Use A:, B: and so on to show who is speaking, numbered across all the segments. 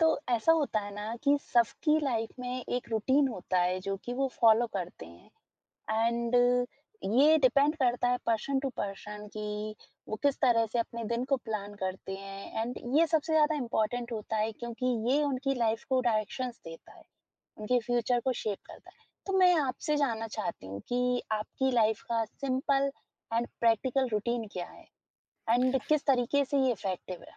A: तो ऐसा होता है ना कि सबकी लाइफ में एक रूटीन होता है जो कि वो फॉलो करते हैं। एंड ये डिपेंड करता है पर्सन टू पर्सन कि वो किस तरह से अपने दिन को प्लान करते हैं। एंड ये सबसे ज्यादा इम्पोर्टेंट होता है क्योंकि ये उनकी लाइफ को डायरेक्शंस देता है, उनके फ्यूचर को शेप करता है। तो मैं आपसे जानना चाहती हूँ कि आपकी लाइफ का सिंपल एंड प्रैक्टिकल रूटीन क्या है एंड किस तरीके से ये इफेक्टिव है?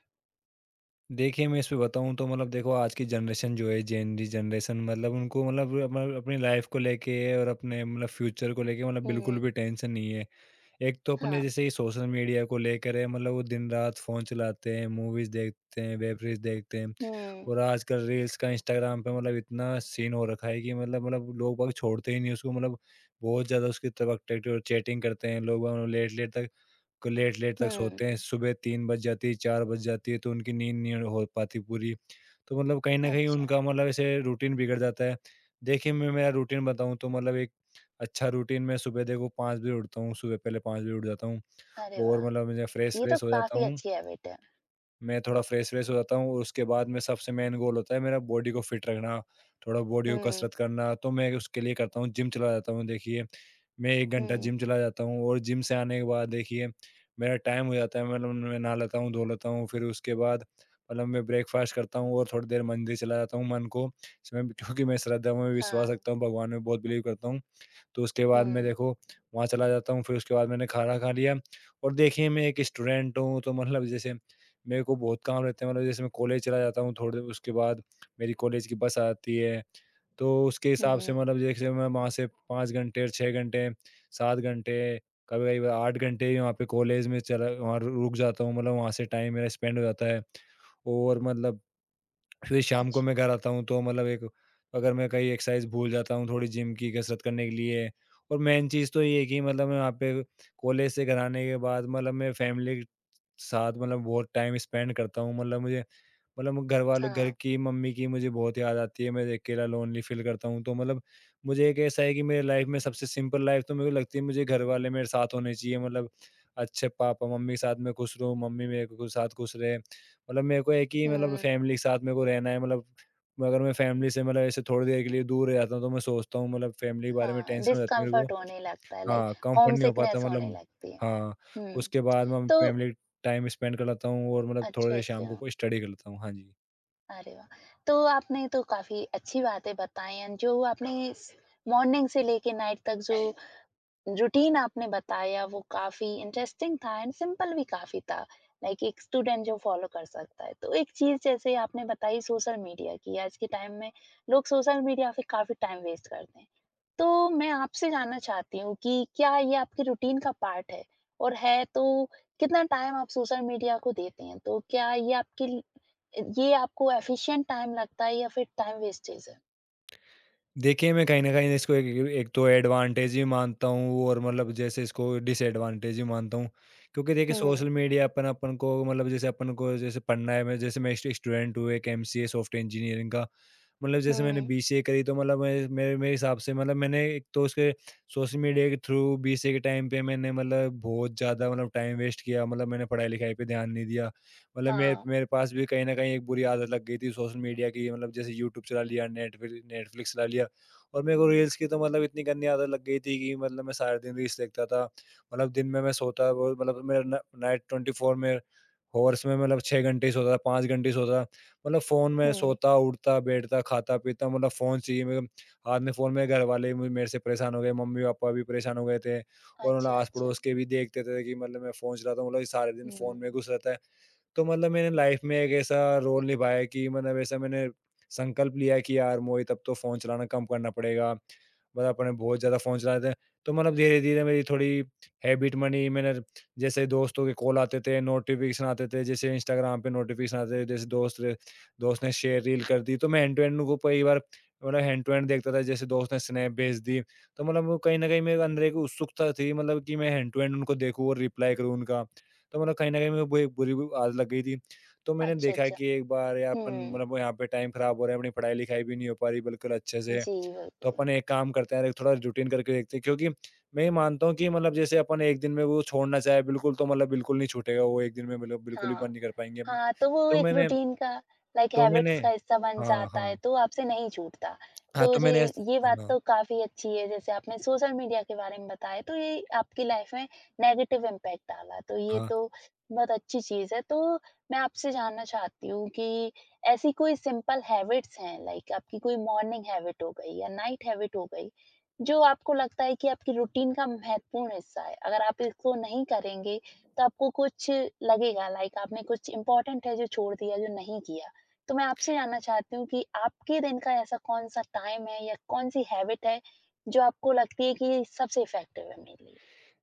B: देखिए, मैं इस पे बताऊँ तो मतलब देखो, आज की जनरेशन जो है, जेन ज़ी जनरेशन, मतलब उनको मतलब अपनी लाइफ़ को लेके और अपने मतलब फ्यूचर को लेके मतलब बिल्कुल
A: हम्म।
B: भी टेंशन नहीं है। एक तो अपने
A: हाँ।
B: जैसे ये सोशल मीडिया को लेकर है, मतलब वो दिन-रात फ़ोन चलाते हैं, मूवीज़ देखते हैं, वेब सीरीज़ देखते हैं।
A: हम्म।
B: और आजकल रील्स का इंस्टाग्राम पे मतलब इतना सीन हो रखा है कि मतलब लोग-बाग छोड़ते ही नहीं उसको। मतलब बहुत ज़्यादा उसकी तरफ अट्रैक्टिव और चैटिंग करते हैं लोग, मतलब लेट-लेट तक,
A: हम्म।
B: सोते हैं, सुबह 3 बज जाती है, 4 बज जाती है, तो उनकी नींद नहीं हो पाती पूरी। तो मतलब कहीं न कहीं
A: अच्छा।
B: उनका मतलब ऐसे रूटीन बिगड़ जाता है। देखिए, मैं मेरा रूटीन बताऊँ तो मतलब एक अच्छा रूटीन, मैं सुबह देखो 5 बजे उठता हूँ, सुबह पहले 5 बजे उठ जाता हूँ,
A: अरे वाह!
B: और मतलब मैं
A: ये तो
B: फ्रेश-व्रेश हो जाता
A: काफ़ी
B: हूँ।
A: अच्छी हैबिट है।
B: मैं थोड़ा फ्रेश-व्रेश हो जाता हूँ, उसके बाद में सबसे मेन गोल होता है मेरा, बॉडी को फिट रखना, थोड़ा बॉडी को
A: हुँ।
B: कसरत करना। तो मैं उसके लिए करता हूँ, जिम चला जाता हूँ देखिए। मैं 1 घंटा
A: हुँ।
B: जिम चला जाता हूँ, और जिम से आने के बाद देखिए, मेरा टाइम हो जाता है, मतलब मैं नहा लेता हूँ, धो लेता हूँ। फिर उसके बाद मतलब मैं ब्रेकफ़ास्ट करता हूँ और थोड़ी देर मंदिर चला जाता हूँ, मन को इसमें, क्योंकि मैं श्रद्धा में
A: हाँ।
B: विश्वास रखता हूँ, भगवान में बहुत बिलीव करता हूँ। तो उसके बाद मैं
A: हुँ।
B: देखो वहाँ चला जाता हूँ, फिर उसके बाद मैंने खाना खा लिया। और देखिए, मैं एक स्टूडेंट हूँ, तो मतलब जैसे मेरे को बहुत काम रहते हैं, मतलब जैसे मैं कॉलेज चला जाता हूँ थोड़ी देर, उसके बाद मेरी कॉलेज की बस आती है। तो उसके हिसाब से
A: हुँ।
B: मतलब जैसे मैं वहाँ से 5 घंटे और 6 घंटे, 7 घंटे, कभी-कभी 8 घंटे भी वहाँ पे कॉलेज में चला, वहाँ रुक जाता हूँ, मतलब वहाँ से टाइम मेरा स्पेंड हो जाता है। और मतलब फिर शाम को
A: अच्छा।
B: मैं घर आता हूँ, तो मतलब एक, अगर मैं कहीं एक्सरसाइज भूल जाता हूँ, थोड़ी जिम की कसरत करने के लिए। और मेन चीज़ तो ये है कि मतलब मैं वहाँ पे कॉलेज से घर आने के बाद मतलब मैं फैमिली के साथ मतलब बहुत टाइम स्पेंड करता हूँ, मतलब मुझे मतलब घर वालों, घर
A: हाँ।
B: की मम्मी की मुझे बहुत याद आती है, मैं अकेला लोनली फ़ील करता हूँ। तो मतलब मुझे एक ऐसा है कि मेरी लाइफ़ में सबसे सिंपल लाइफ़ तो मेरे को लगती है, मुझे घर वाले मेरे साथ होने चाहिए, मतलब अच्छे पापा-मम्मी के साथ मैं खुश रहूँ, मम्मी मेरे को साथ खुश रहे। मतलब मेरे को है कि मतलब
A: हुँ।
B: फैमिली के साथ मेरे को रहना है, मतलब अगर मैं फैमिली से मतलब ऐसे थोड़ी देर के लिए दूर रह जाता हूँ, तो मैं सोचता हूँ, मतलब फैमिली के बारे में
A: हाँ,
B: टेंशन हो जाती है मेरे को।
A: डिस्कम्फ़र्ट होने लगता है, लाइक
B: हाँ, कंफर्ट
A: होम
B: नहीं हो पाता
A: सिकनेस होने
B: मतलब।
A: लगती है।
B: हाँ,
A: हुँ।
B: उसके बाद मैं
A: तो।
B: फैमिली टाइम स्पेंड कर लेता हूँ, और मतलब थोड़ी
A: अच्छा,
B: देर शाम
A: अच्छा।
B: को कोई स्टडी कर लेता हूँ। हाँ जी।
A: अरे वाह! तो आपने तो काफ़ी अच्छी बातें बताई हैं, जो आपने स मॉर्निंग से लेके नाइट तक जो रूटीन आपने बताया वो काफी इंटरेस्टिंग था एंड सिंपल भी काफी था, लाइक एक स्टूडेंट जो फॉलो कर सकता है। तो एक चीज जैसे आपने बताई सोशल मीडिया की, आज के टाइम में लोग सोशल मीडिया पे काफी टाइम वेस्ट करते हैं। तो मैं आपसे जानना चाहती हूँ कि क्या ये आपके रूटीन का पार्ट है, और है तो कितना टाइम आप सोशल मीडिया को देते हैं? तो क्या ये आपके ये आपको एफिशिएंट टाइम लगता है या फिर टाइम वेस्टेज है?
B: देखिए, मैं कहीं न कहीं इसको एक एक तो एडवांटेज ही मानता हूँ, और मतलब जैसे इसको डिसएडवांटेज ही मानता हूँ। क्योंकि देखिए,
A: हम्म।
B: सोशल मीडिया, अपन अपन को मतलब जैसे अपन को जैसे पढ़ना है, मैं जैसे मैं स्टूडेंट हूँ एक एमसीए सॉफ्टवेयर इंजीनियरिंग का। मतलब जैसे मैंने
A: हम्म।
B: बीसीए करी, तो मतलब मेरे मेरे मेरे हिसाब से मतलब मैंने एक तो उसके सोशल मीडिया के थ्रू बीसीए के टाइम पे मैंने मतलब बहुत ज़्यादा मतलब टाइम वेस्ट किया, मतलब मैंने पढ़ाई लिखाई पे ध्यान नहीं दिया। मतलब मेरे
A: हाँ।
B: मेरे पास भी कहीं न कहीं एक बुरी आदत लग गई थी सोशल मीडिया की, मतलब जैसे यूट्यूब चला लिया, नेटफ्लिक्स चला लिया। और मेरे को रील्स की तो मतलब इतनी गंदी आदत लग गई थी कि मतलब मैं सारा दिन रील्स देखता था। मतलब दिन में मैं सोता वो, मतलब मेरा नाइट 24 में हॉर्स में मतलब 6 घंटे ही सोता था, 5 घंटे ही सोता था। मतलब फ़ोन में
A: हम्म।
B: सोता, उठता, बैठता, खाता-पीता, मतलब फ़ोन चाहिए मेरे को। हाथ में फ़ोन में। घरवाले भी मेरे से परेशान हो गए, मम्मी-पापा भी परेशान हो गए थे। और मतलब
A: अच्छा। अच्छा।
B: आस-पड़ोस के भी देखते थे कि मतलब मैं फ़ोन चलाता हूँ, मतलब सारे दिन फ़ोन में
A: हम्म।
B: घुस रहता है। तो मतलब मैंने लाइफ में एक ऐसा रोल निभाया है कि मतलब ऐसा मैंने संकल्प लिया है कि यार मोहित, अब तो फ़ोन चलाना कम करना पड़ेगा। मतलब अपने बहुत ज़्यादा फ़ोन चलाते थे। तो मतलब धीरे-धीरे मेरी थोड़ी हैबिट बनी। मैंने जैसे, दोस्तों के कॉल आते थे, नोटिफ़िकेशन आते थे, जैसे इंस्टाग्राम पे नोटिफ़िकेशन आते थे, जैसे दोस्त ने शेयर रील कर दी, तो मैं एंड टू एंड उनको कई बार मतलब हैंड टू हैंड देखता था, जैसे दोस्त ने स्नैप भेज दी। तो मतलब वो कहीं न कहीं मेरे अंदर एक उत्सुकता थी, मतलब कि मैं हैंड टू हैंड उनको देखूँ और रिप्लाई करूँ उनका। तो मतलब कहीं न कहीं मेरे को एक बुरी आदत लग गई थी। तो मैंने
A: अच्छा,
B: देखा है
A: अच्छा।
B: कि एक बार यार, अपन
A: हुँ,
B: मतलब यहाँ पे टाइम ख़राब हो रहा है, अपनी पढ़ाई-लिखाई भी नहीं हो पा रही बिल्कुल अच्छे से।
A: जी,
B: तो
A: बिल्कुल।
B: अपन एक काम करते हैं यार, एक थोड़ा रूटीन करके देखते हैं, क्योंकि मैं ये मानता हूँ कि मतलब जैसे अपन एक दिन में वो छोड़ना चाहे बिल्कुल तो मतलब बिल्कुल नहीं छूटेगा वो एक दिन में, मतलब बिल्कुल भी बंद
A: हाँ,
B: नहीं कर पाएँगे अपन।
A: हाँ, तो वो
B: तो
A: एक
B: मैंने
A: रूटीन का, लाइक
B: तो मैंने
A: हैबिट्स का हिस्सा बन
B: हाँ,
A: जाता है,
B: हाँ।
A: तो आपसे नहीं छूटता। तो
B: हाँ, तो
A: जे
B: मैंने ऐस
A: ये बात
B: हाँ,
A: तो काफ़ी अच्छी है, जैसे आपने सोशल मीडिया के बारे में बताया, तो ये आपकी लाइफ में नेगेटिव इम्पैक्ट डाला, तो ये
B: हाँ।
A: तो बहुत अच्छी चीज़ है। तो मैं आपसे जानना चाहती हूँ कि ऐसी कोई सिंपल हैबिट्स हैं, लाइक आपकी कोई मॉर्निंग हैबिट हो गई या नाइट हैबिट हो गई, जो आपको लगता है कि आपकी रूटीन का महत्वपूर्ण हिस्सा है? अगर आप इसको नहीं करेंगे, तो आपको कुछ लगेगा, लाइक आपने कुछ इम्पोर्टेंट है जो छोड़ दिया, जो नहीं किया। तो मैं आपसे जानना चाहती हूँ कि आपके दिन का ऐसा कौन-सा टाइम है या कौन-सी हैबिट है, जो आपको लगती है कि सबसे इफ़ेक्टिव है मेरे लिए?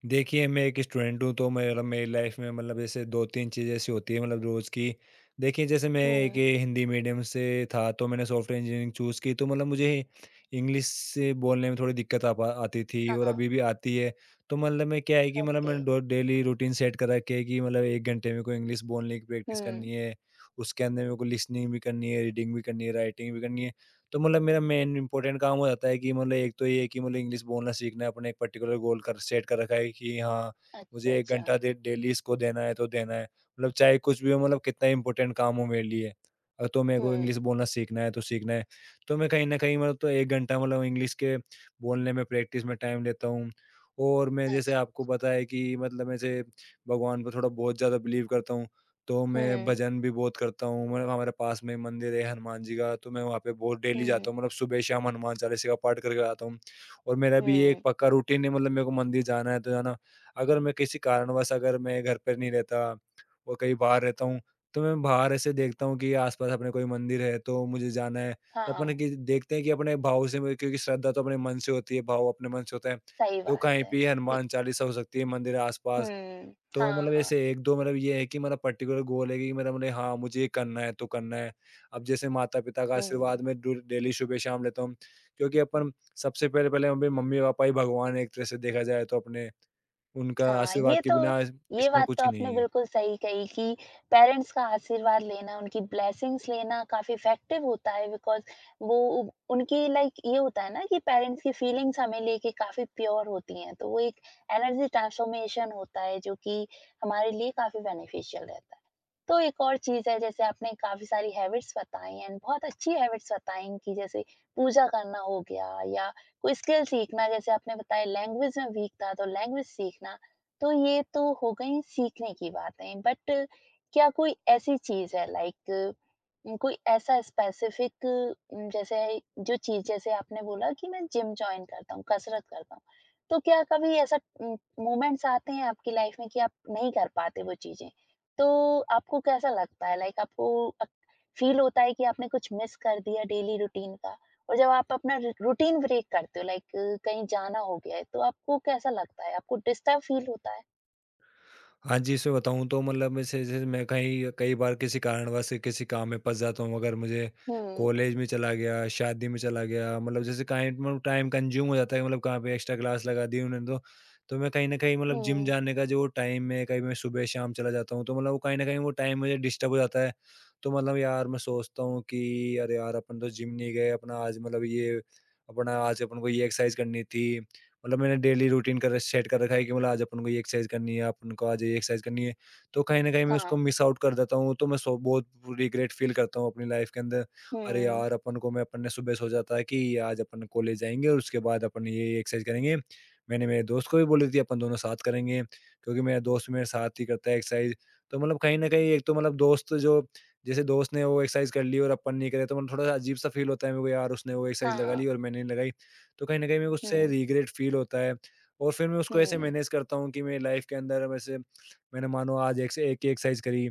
B: देखिए, मैं एक स्टूडेंट हूँ, तो मेरा मेरी लाइफ में मतलब जैसे दो तीन चीज़ें ऐसी होती है, मतलब रोज़ की। देखिए, जैसे मैं एक
A: हुँ।
B: ये हिंदी मीडियम से था, तो मैंने सॉफ्टवेयर इंजीनियरिंग चूज़ की, तो मतलब मुझे इंग्लिश से बोलने में थोड़ी दिक्कत आ पा आती थी, और
A: हाँ।
B: अभी भी आती है। तो मतलब मैं क्या है कि मतलब
A: ओके।
B: मैंने डो डेली रूटीन सेट कर रखी है कि मतलब 1 घंटे मेरे को इंग्लिश बोलने की प्रैक्टिस
A: हुँ।
B: करनी है। उसके अंदर मेरे को लिसनिंग भी करनी है, रीडिंग भी करनी है, राइटिंग भी करनी है। तो मतलब मेरा मेन इम्पोर्टेंट काम हो जाता है कि मतलब एक तो ये है कि मतलब इंग्लिश बोलना सीखना है, अपने एक पर्टिकुलर गोल कर सेट कर रखा है कि हाँ,
A: अच्छा,
B: मुझे 1
A: अच्छा।
B: घंटा दे डेली इसको देना है तो देना है। मतलब चाहे कुछ भी हो, मतलब कितना इम्पोर्टेंट काम हो मेरे लिए। तो मेरे को
A: हुँ।
B: इंग्लिश बोलना सीखना है। तो मैं कहीं न कहीं मतलब तो 1 घंटा मतलब इंग्लिश के बोलने में प्रैक्टिस में टाइम लेता हूँ। और मैं, जैसे
A: अच्छा।
B: आपको पता है कि मतलब ऐसे भगवान पे थोड़ा बहुत ज़्यादा बिलीव करता हूँ। तो मैं
A: हुँ।
B: भजन भी बहुत करता हूँ, मतलब हमारे पास में मंदिर है हनुमान जी का, तो मैं वहाँ पे बहुत डेली
A: हुँ।
B: जाता हूँ, मतलब सुबह-शाम हनुमान चालीसा का पाठ करके आता हूँ। और मेरा भी ये एक
A: हुँ।
B: पक्का रूटीन है, मतलब मेरे को मंदिर जाना है तो जाना। अगर मैं किसी कारणवश अगर मैं घर पे नहीं रहता और कहीं बाहर रहता हूँ, तो मैं बाहर ऐसे देखता हूँ कि आस-पास अपने कोई मंदिर है, तो मुझे जाना है। तो अपन
A: हाँ,
B: कि देखते हैं कि अपने भाव से म क्योंकि श्रद्धा तो अपने मन से होती है, भाव अपने मन से होता है।
A: सही
B: तो
A: बात
B: कहीं
A: है।
B: पे
A: इ।
B: हनुमान चालीसा हो सकती है, मंदिर आस-पास।
A: हुँ।
B: तो
A: हाँ,
B: मतलब
A: हाँ।
B: ऐसे 1-2, मतलब ये है कि मेरा पर्टिकुलर गोल है कि मेरा मतलब हाँ, मुझे ये करना है तो करना है। अब जैसे माता-पिता का
A: हुँ।
B: आशीर्वाद मैं डू डेली सुबह-शाम लेता हूँ, क्योंकि अपन सबसे पहले-पहले अपने मम्मी-पापा ही भगवान हैं, एक तरह से देखा जाए तो अपने, उनका
A: हाँ,
B: आशीर्वाद
A: ये
B: के
A: तो,
B: बिना
A: ये
B: इसमें
A: बात तो
B: कुछ ही
A: आपने
B: नहीं है।
A: बिल्कुल सही कही कि पेरेंट्स का आशीर्वाद लेना, उनकी ब्लेसिंग्स लेना काफ़ी इफ़ेक्टिव होता है, बिकॉज़ वो उ- उनकी, लाइक ये होता है ना कि पेरेंट्स की फीलिंग्स हमें लेके काफ़ी प्योर होती हैं, तो वो एक एनर्जी ट्रांसफ़ॉर्मेशन होता है जो कि हमारे लिए काफ़ी बेनिफिशियल रहता है। तो एक और चीज़ है, जैसे आपने काफ़ी सारी हैबिट्स बताई हैं, बहुत अच्छी हैबिट्स बताई हैं कि जैसे पूजा करना हो गया या कोई स्किल सीखना, जैसे आपने बताया लैंग्वेज में वीक था तो लैंग्वेज सीखना। तो ये तो हो गई सीखने की बातें, बट क्या कोई ऐसी चीज़ है, लाइक कोई ऐसा स्पेसिफिक जैसे जो चीज़, जैसे आपने बोला कि मैं जिम जॉइन करता हूँ, कसरत करता हूँ। तो क्या कभी ऐसा मोमेंट्स आते हैं आपकी लाइफ़ में कि आप नहीं कर पाते वो चीज़ें? तो आपको कैसा लगता है, लाइक आपको अ, फ़ील होता है कि आपने कुछ मिस कर दिया डेली रूटीन का? और जब आप अपना रू रूटीन ब्रेक करते हो, लाइक कहीं जाना हो गया है, तो आपको कैसा लगता है? आपको डिस्टर्ब फ़ील होता है?
B: हाँ जी, इसमें बताऊँ तो मतलब जैसे जैसे मैं कहीं कई बार किसी कारणवश से किसी काम में फँस जाता हूँ, अगर मुझे
A: हुँ।
B: कॉलेज में चला गया, शादी में चला गया, मतलब जैसे काइम मतलब टाइम कंज़्यूम हो जाता है, मतलब कहाँ पे एक्स्ट्रा क्लास लगा दी उन्होंने तो। तो मैं कहीं न कहीं मतलब जिम
A: हुँ।
B: जाने का जो टाइम है, कहीं मैं सुबह-शाम चला जाता हूँ, तो मतलब वो कहीं न कहीं वो टाइम मुझे डिस्टर्ब हो जाता है। तो मतलब यार, मैं सोचता हूँ कि अरे यार! अपन तो जिम नहीं गए, अपना आज अपन को ये एक्सरसाइज़ करनी थी। मतलब मैंने डेली रूटीन कर सेट कर रखा है कि मतलब आज अपन को ये एक्सरसाइज करनी है, अपन को आज ये एक्सरसाइज करनी है। तो कहीं न कहीं मैं
A: हाँ।
B: उसको मिस आउट कर देता हूँ, तो मैं सो बहुत रिग्रेट फ़ील करता हूँ अपनी लाइफ़ के अंदर। अरे
A: हुँ।
B: यार! अपन को मैं अपन ने सुबह सोचा था कि आज अपन कॉलेज जाएँगे और उसके बाद अपन ये एक्सरसाइज करेंगे। मैंने मेरे दोस्त को भी बोली थी अपन दोनों साथ करेंगे, क्योंकि मेरा दोस्त मेरे साथ ही करता है एक्सरसाइज। तो कहीं न कहीं एक तो मतलब दोस्त जो जैसे दोस्त ने वो एक्सरसाइज कर ली और अपन नहीं करे तो थोड़ा-सा अजीब-सा फ़ील होता है मेरे को यार। उसने वो एक्सरसाइज लगा
A: हाँ।
B: ली और मैंने नहीं लगाई। तो कहीं न कहीं मेरे को उससे
A: हुँ।
B: रिग्रेट फ़ील होता है और फिर मैं उसको ऐसे
A: हुँ।
B: मैनेज करता हूँ कि मेरी लाइफ़ के अंदर वैसे मैंने मानो आज एक से एक ही एक्सरसाइज़ करी।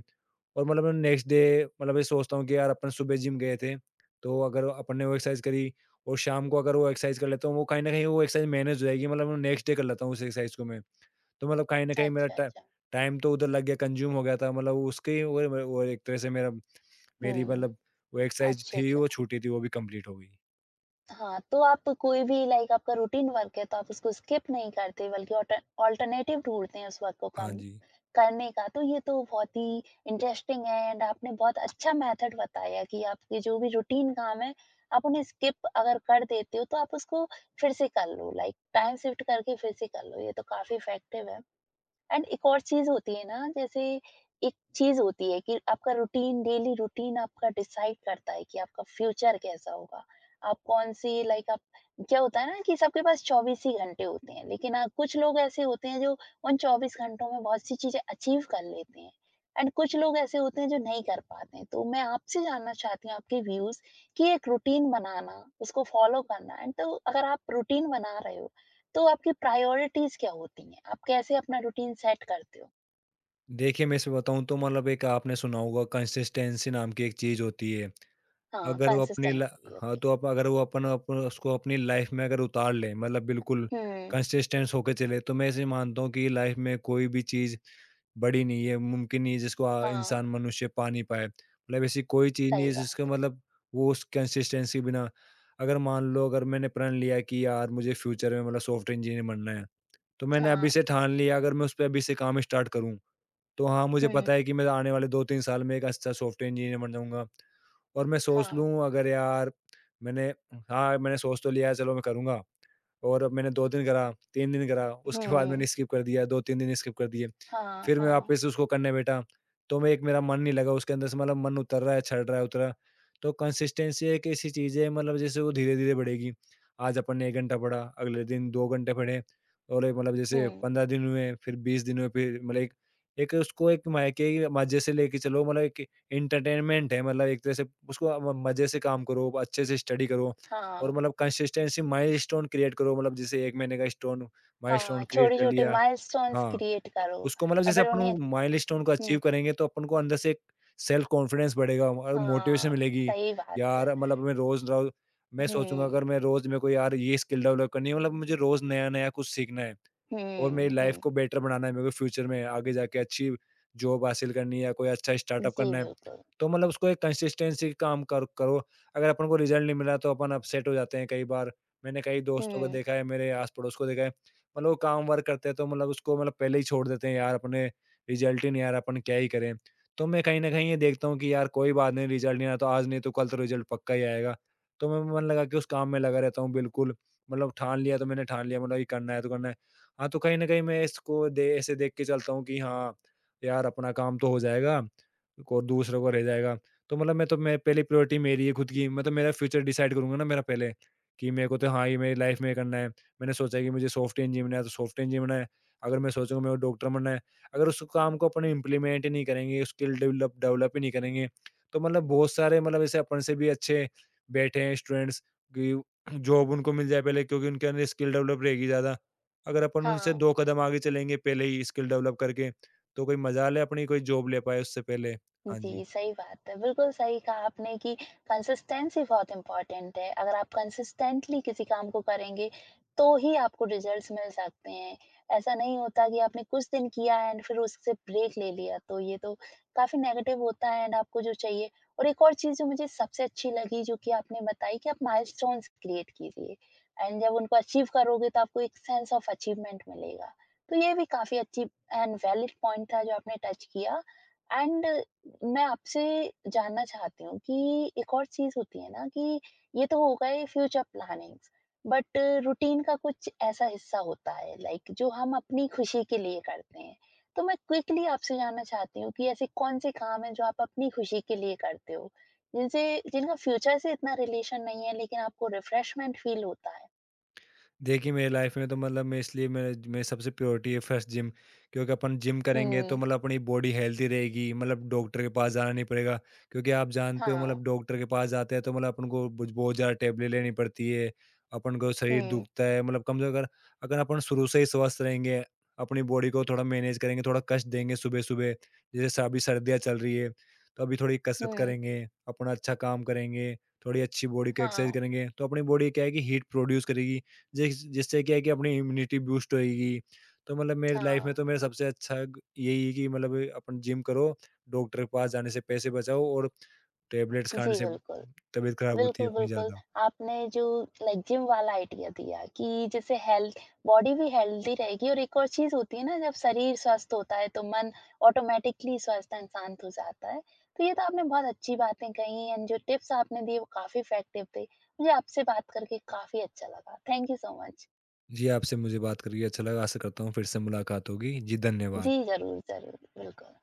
B: और मैं नेक्स्ट डे ये सोचता हूँ कि यार अपन सुबह जिम गए थे, तो अगर अपन ने वो एक्सरसाइज़ करी और शाम को अगर वो एक्सरसाइज़ कर लेता हूँ, वो कहीं न कहीं वो एक्सरसाइज़ मैनेज हो जाएगी। मैं नेक्स्ट डे कर लेता हूँ उस एक्सरसाइज़ को मैं। तो कहीं न कहीं मेरा
A: अच्छा,
B: टा
A: अच्छा।
B: टाइम तो उधर लग गया, कंज़्यूम हो गया था। मतलब उसके वो एक तरह से मेरा मेरी
A: हुँ।
B: मतलब वो एक्सरसाइज़
A: अच्छा,
B: थी,
A: अच्छा।
B: वो छूटी थी, वो भी कंप्लीट हो गई।
A: हाँ, तो आप कोई भी, लाइक आपका रूटीन वर्क है तो आप उसको स्किप नहीं करते बल्कि ऑल्टरनेटिव ढूँढते हैं उस वर्क को
B: हाँ
A: कम
B: जी।
A: करने का, तो ये तो बहुत ही इंटरेस्टिंग है एंड आपने बहुत अच्छा मेथड बताया कि आपके जो भी रूटीन काम है, आप उन्हें स्किप अगर कर देते हो तो आप उसको फिर से कर लो, लाइक टाइम शिफ्ट करके फिर से कर लो, ये तो काफ़ी इफेक्टिव है। एंड एक और चीज़ होती है ना, जैसे एक चीज़ होती है कि आपका रूटीन, डेली रूटीन आपका डिसाइड करता है कि आपका फ्यूचर कैसा होगा। आप कौन-सी, लाइक आप, क्या होता है ना कि सबके पास 24 ही घंटे होते हैं, लेकिन कुछ लोग ऐसे होते हैं जो उन 24 घंटों में बहुत सी चीज़ें अचीव कर लेते हैं एंड कुछ लोग ऐसे होते हैं जो नहीं कर पाते हैं। तो मैं आपसे जानना चाहती हूँ आपके व्यूज़ कि एक रूटीन बनाना, उसको फ़ॉलो करना एंड तो अगर आप रूटीन बना रहे हो, तो आपकी प्रायोरिटीज़ क्या होती हैं? आप कैसे अपना रूटीन सेट करते हो?
B: देखिए, मैं इसे बताऊँ तो एक आपने सुना होगा कंसिस्टेंसी नाम की एक चीज़ होती है।
A: हाँ,
B: अगर वो अपनी ल
A: कंसिस्टेंसी,
B: हाँ,
A: ओके।
B: तो आप अगर वो अपन अप उसको अपनी लाइफ़ में अगर उतार लें, बिल्कुल
A: हुँ,
B: कंसिस्टेंस होके चले, तो मैं ऐसे मानता हूँ कि लाइफ़ में कोई भी चीज़ बड़ी नहीं है, मुमकिन नहीं है जिसको
A: हाँ,
B: इंसान मनुष्य पा नहीं पाए। ऐसी कोई चीज़ नहीं
A: सही
B: है जिसका
A: बात
B: मतलब वो उस कंसिस्टेंसी बिना। अगर मान लो, अगर मैंने प्रण लिया कि यार मुझे फ्यूचर में सॉफ्टवेयर इंजीनियर बनना है, तो
A: है।
B: मैंने अभी
A: हाँ।
B: से ठान लिया, अगर मैं उस पे अभी से काम स्टार्ट करूँ, तो हाँ, मुझे
A: हुँ।
B: पता है कि मैं आने वाले 2-3 साल में एक अच्छा सॉफ्टवेयर इंजीनियर बन जाऊँगा। और मैं सोच
A: हाँ।
B: लूँ अगर यार मैंने हाँ, मैंने सोच तो लिया है, चलो मैं करूँगा। और अब मैंने 2 दिन करा, 3 दिन करा, उसके बाद मैंने
A: हुँ।
B: स्किप कर दिया, 2-3 दिन स्किप कर दिए।
A: हाँ।
B: फिर मैं
A: हाँ।
B: वापस उसको करने बैठा, तो मैं एक मेरा मन नहीं लगा उसके अंदर से। मन उतर रहा है, छड़ रहा है, उतर रहा है। तो कंसिस्टेंसी एक ऐसी चीज़ है जैसे वो धीरे-धीरे बढ़ेगी। आज अपन ने 1 घंटा पढ़ा, अगले दिन 2 घंटे पढ़े और एक मतलब जैसे
A: हुँ।
B: 15 दिन हुए, फिर 20 दिन हुए, फिर मतलब एक एक उसको एक मायके मज़े से लेके चलो। एक एंटरटेनमेंट है एक तरह से उसको म मज़े से काम करो, अच्छे से स्टडी करो। और
A: हाँ,
B: कंसिस्टेंसी माइलस्टोन क्रिएट करो, जैसे 1 महीने का स्टोन
A: हाँ,
B: माइलस्टोन क्रिएट कर
A: छोटे-छोटे
B: लिया।
A: माइलस्टोन्स
B: हाँ,
A: क्रिएट करो,
B: उसको
A: और
B: जैसे
A: फिर
B: अपन
A: उन्हें।
B: वो माइलस्टोन को
A: हुँ,
B: अचीव करेंगे तो अपन को अंदर से एक सेल्फ कॉन्फिडेंस बढ़ेगा और मोटिवेशन
A: हाँ,
B: मिलेगी।
A: सही बात है।
B: यार, मैं रोज़ रोज़ मैं सोचूँगा
A: हुँ।
B: अगर मैं रोज़, मेरे को यार ये स्किल डेवलप करनी है, मुझे रोज़ नया-नया कुछ सीखना है। और
A: हुँ।
B: मेरी लाइफ
A: हुँ,
B: को बेटर बनाना है, मेरे को फ्यूचर में आगे जाके अच्छी जॉब हासिल करनी है या कोई अच्छा स्टार्टअप
A: जी,
B: करना है।
A: बिल्कुल।
B: तो उसको एक कंसिस्टेंसी काम कर करो। अगर अपन को रिज़ल्ट नहीं मिला तो अपन अपसेट हो जाते हैं कई बार। मैंने कई दोस्तों को
A: हुँ।
B: देखा है, मेरे आस-पड़ोस को देखा है, वो काम-वर्क करते हैं तो मतलब उसको मतलब पहले ही छोड़ देते हैं, यार अपने रिज़ल्ट ही नहीं आ रहा, अपन क्या ही करें? तो मैं कहीं न कहीं ये देखता हूँ कि यार कोई बात नहीं, रिज़ल्ट नहीं आया तो आज नहीं तो कल तो रिज़ल्ट पक्का ही आएगा। तो मैं मन लगा के उस काम में लगा रहता हूँ बिल्कुल, ठान लिया तो मैंने ठान लिया, ये करना है तो करना है। हाँ, तो कहीं न कहीं मैं इसको दे ऐसे देख के चलता हूँ कि हाँ, यार अपना काम तो हो जाएगा और दूसरों का रह जाएगा। तो मैं पहली प्रायोरिटी मेरी है खुद की, मेरा फ्यूचर डिसाइड करूँगा ना मेरा पहले, कि मेरे को तो हाँ, ये मेरी लाइफ़ में ये करना है। मैंने सोचा है कि मुझे सॉफ्टवेयर इंजीनियर बनना है, तो सॉफ्टवेयर इंजीनियर बनना है। अगर मैं सोचूँगा मेरे को डॉक्टर बनना है, अगर उस काम को अपने इम्प्लीमेंट ही नहीं करेंगे, स्किल डेवलप डेवलप ही नहीं करेंगे, तो बहुत सारे ऐसे अपन से भी अच्छे बैठे हैं स्टूडेंट्स कि जॉब उनको मिल जाए पहले, क्योंकि उनके अंदर स्किल डेवलप रहेगी ज़्यादा। अगर अपन उनसे
A: हाँ।
B: 2 कदम आगे चलेंगे पहले ही स्किल डेवलप करके, तो कोई मजाल है अपनी कोई जॉब ले पाए उससे पहले? हाँ
A: जी,
B: जी।
A: सही बात है। बिल्कुल सही कहा आपने कि कंसिस्टेंसी बहुत इम्पोर्टेंट है। अगर आप कंसिस्टेंटली किसी काम को करेंगे, तो ही आपको रिजल्ट्स मिल सकते हैं। ऐसा नहीं होता कि आपने कुछ दिन किया एंड फिर उससे ब्रेक ले लिया, तो ये तो काफ़ी नेगेटिव होता है एंड आपको जो चाहिए। और एक और चीज़ जो मुझे सबसे अच्छी लगी जो कि आपने बताई कि आप माइलस्टोन्स क्रिएट कीजिए एंड जब उनको अचीव करोगे तो आपको एक सेंस ऑफ अचीवमेंट मिलेगा। तो ये भी काफ़ी अच्छी एंड वैलिड पॉइंट था जो आपने टच किया। एंड मैं आपसे जानना चाहती हूँ कि एक और चीज़ होती है ना कि ये तो हो गए फ्यूचर प्लानिंग्स, बट रूटीन का कुछ ऐसा हिस्सा होता है, लाइक जो हम अपनी खुशी के लिए करते हैं, तो मैं क्विकली आपसे जानना चाहती हूँ कि ऐसे कौन से काम हैं जो आप अपनी खुशी के लिए करते हो, जिनसे, जिनका फ्यूचर से इतना रिलेशन नहीं है लेकिन आपको रिफ्रेशमेंट फील होता है।
B: देखिए, मेरी लाइफ में तो मतलब मैं इसलिए मेरे मेरी सबसे प्रायोरिटी है फर्स्ट जिम, क्योंकि अपन जिम करेंगे तो
A: हम्म।
B: अपनी बॉडी हेल्थी रहेगी, डॉक्टर के पास जाना नहीं पड़ेगा। क्योंकि आप जानते हो,
A: हाँ।
B: डॉक्टर के पास जाते हैं तो अपन को बहुत बहुत ज़्यादा टेबलेट लेनी पड़ती है, अपन को शरीर
A: हम्म।
B: दुखता है। कम से कम अगर, अगर अपन शुरू से ही स्वस्थ रहेंगे, अपनी बॉडी को थोड़ा मैनेज करेंगे, थोड़ा कष्ट देंगे सुबह सुबह, जैसे अभी सर्दियाँ चल रही है तो अभी थोड़ी कसरत
A: हम्म।
B: करेंगे, अपना अच्छा काम करेंगे, थोड़ी अच्छी बॉडी का एक्सरसाइज
A: हाँ।
B: करेंगे, तो अपनी बॉडी क्या है कि हीट प्रोड्यूस करेगी, जिससे क्या है कि अपनी इम्यूनिटी बूस्ट होएगी। तो मेरी लाइफ में
A: हाँ।
B: तो मेरा सबसे अच्छा ग यही है कि अपन जिम करो, डॉक्टर के पास जाने से पैसे बचाओ और टैबलेट्स
A: जी,
B: खाने से
A: बिल्कुल।
B: तबीयत खराब होती है
A: बिल्कुल,
B: अपनी
A: बिल्कुल।
B: ज़्यादा।
A: आपने जो, लाइक जिम वाला आइडिया दिया कि जैसे हेल्थ, बॉडी भी हेल्दी रहेगी और एक और चीज़ होती है ना, जब शरीर स्वस्थ होता है तो मन ऑटोमेटिकली स्वस्थ एंड शांत हो जाता है। तो ये तो आपने बहुत अच्छी बातें कही एंड जो टिप्स आपने दिए वो काफ़ी इफेक्टिव थे। मुझे आपसे बात करके काफ़ी अच्छा लगा। Thank you so much.
B: जी, आपसे मुझे बात करके अच्छा लगा। आशा करता हूँ फिर से मुलाकात होगी। जी,
A: जी,
B: धन्यवाद।
A: ज़रूर, ज़रूर। बिल्कुल।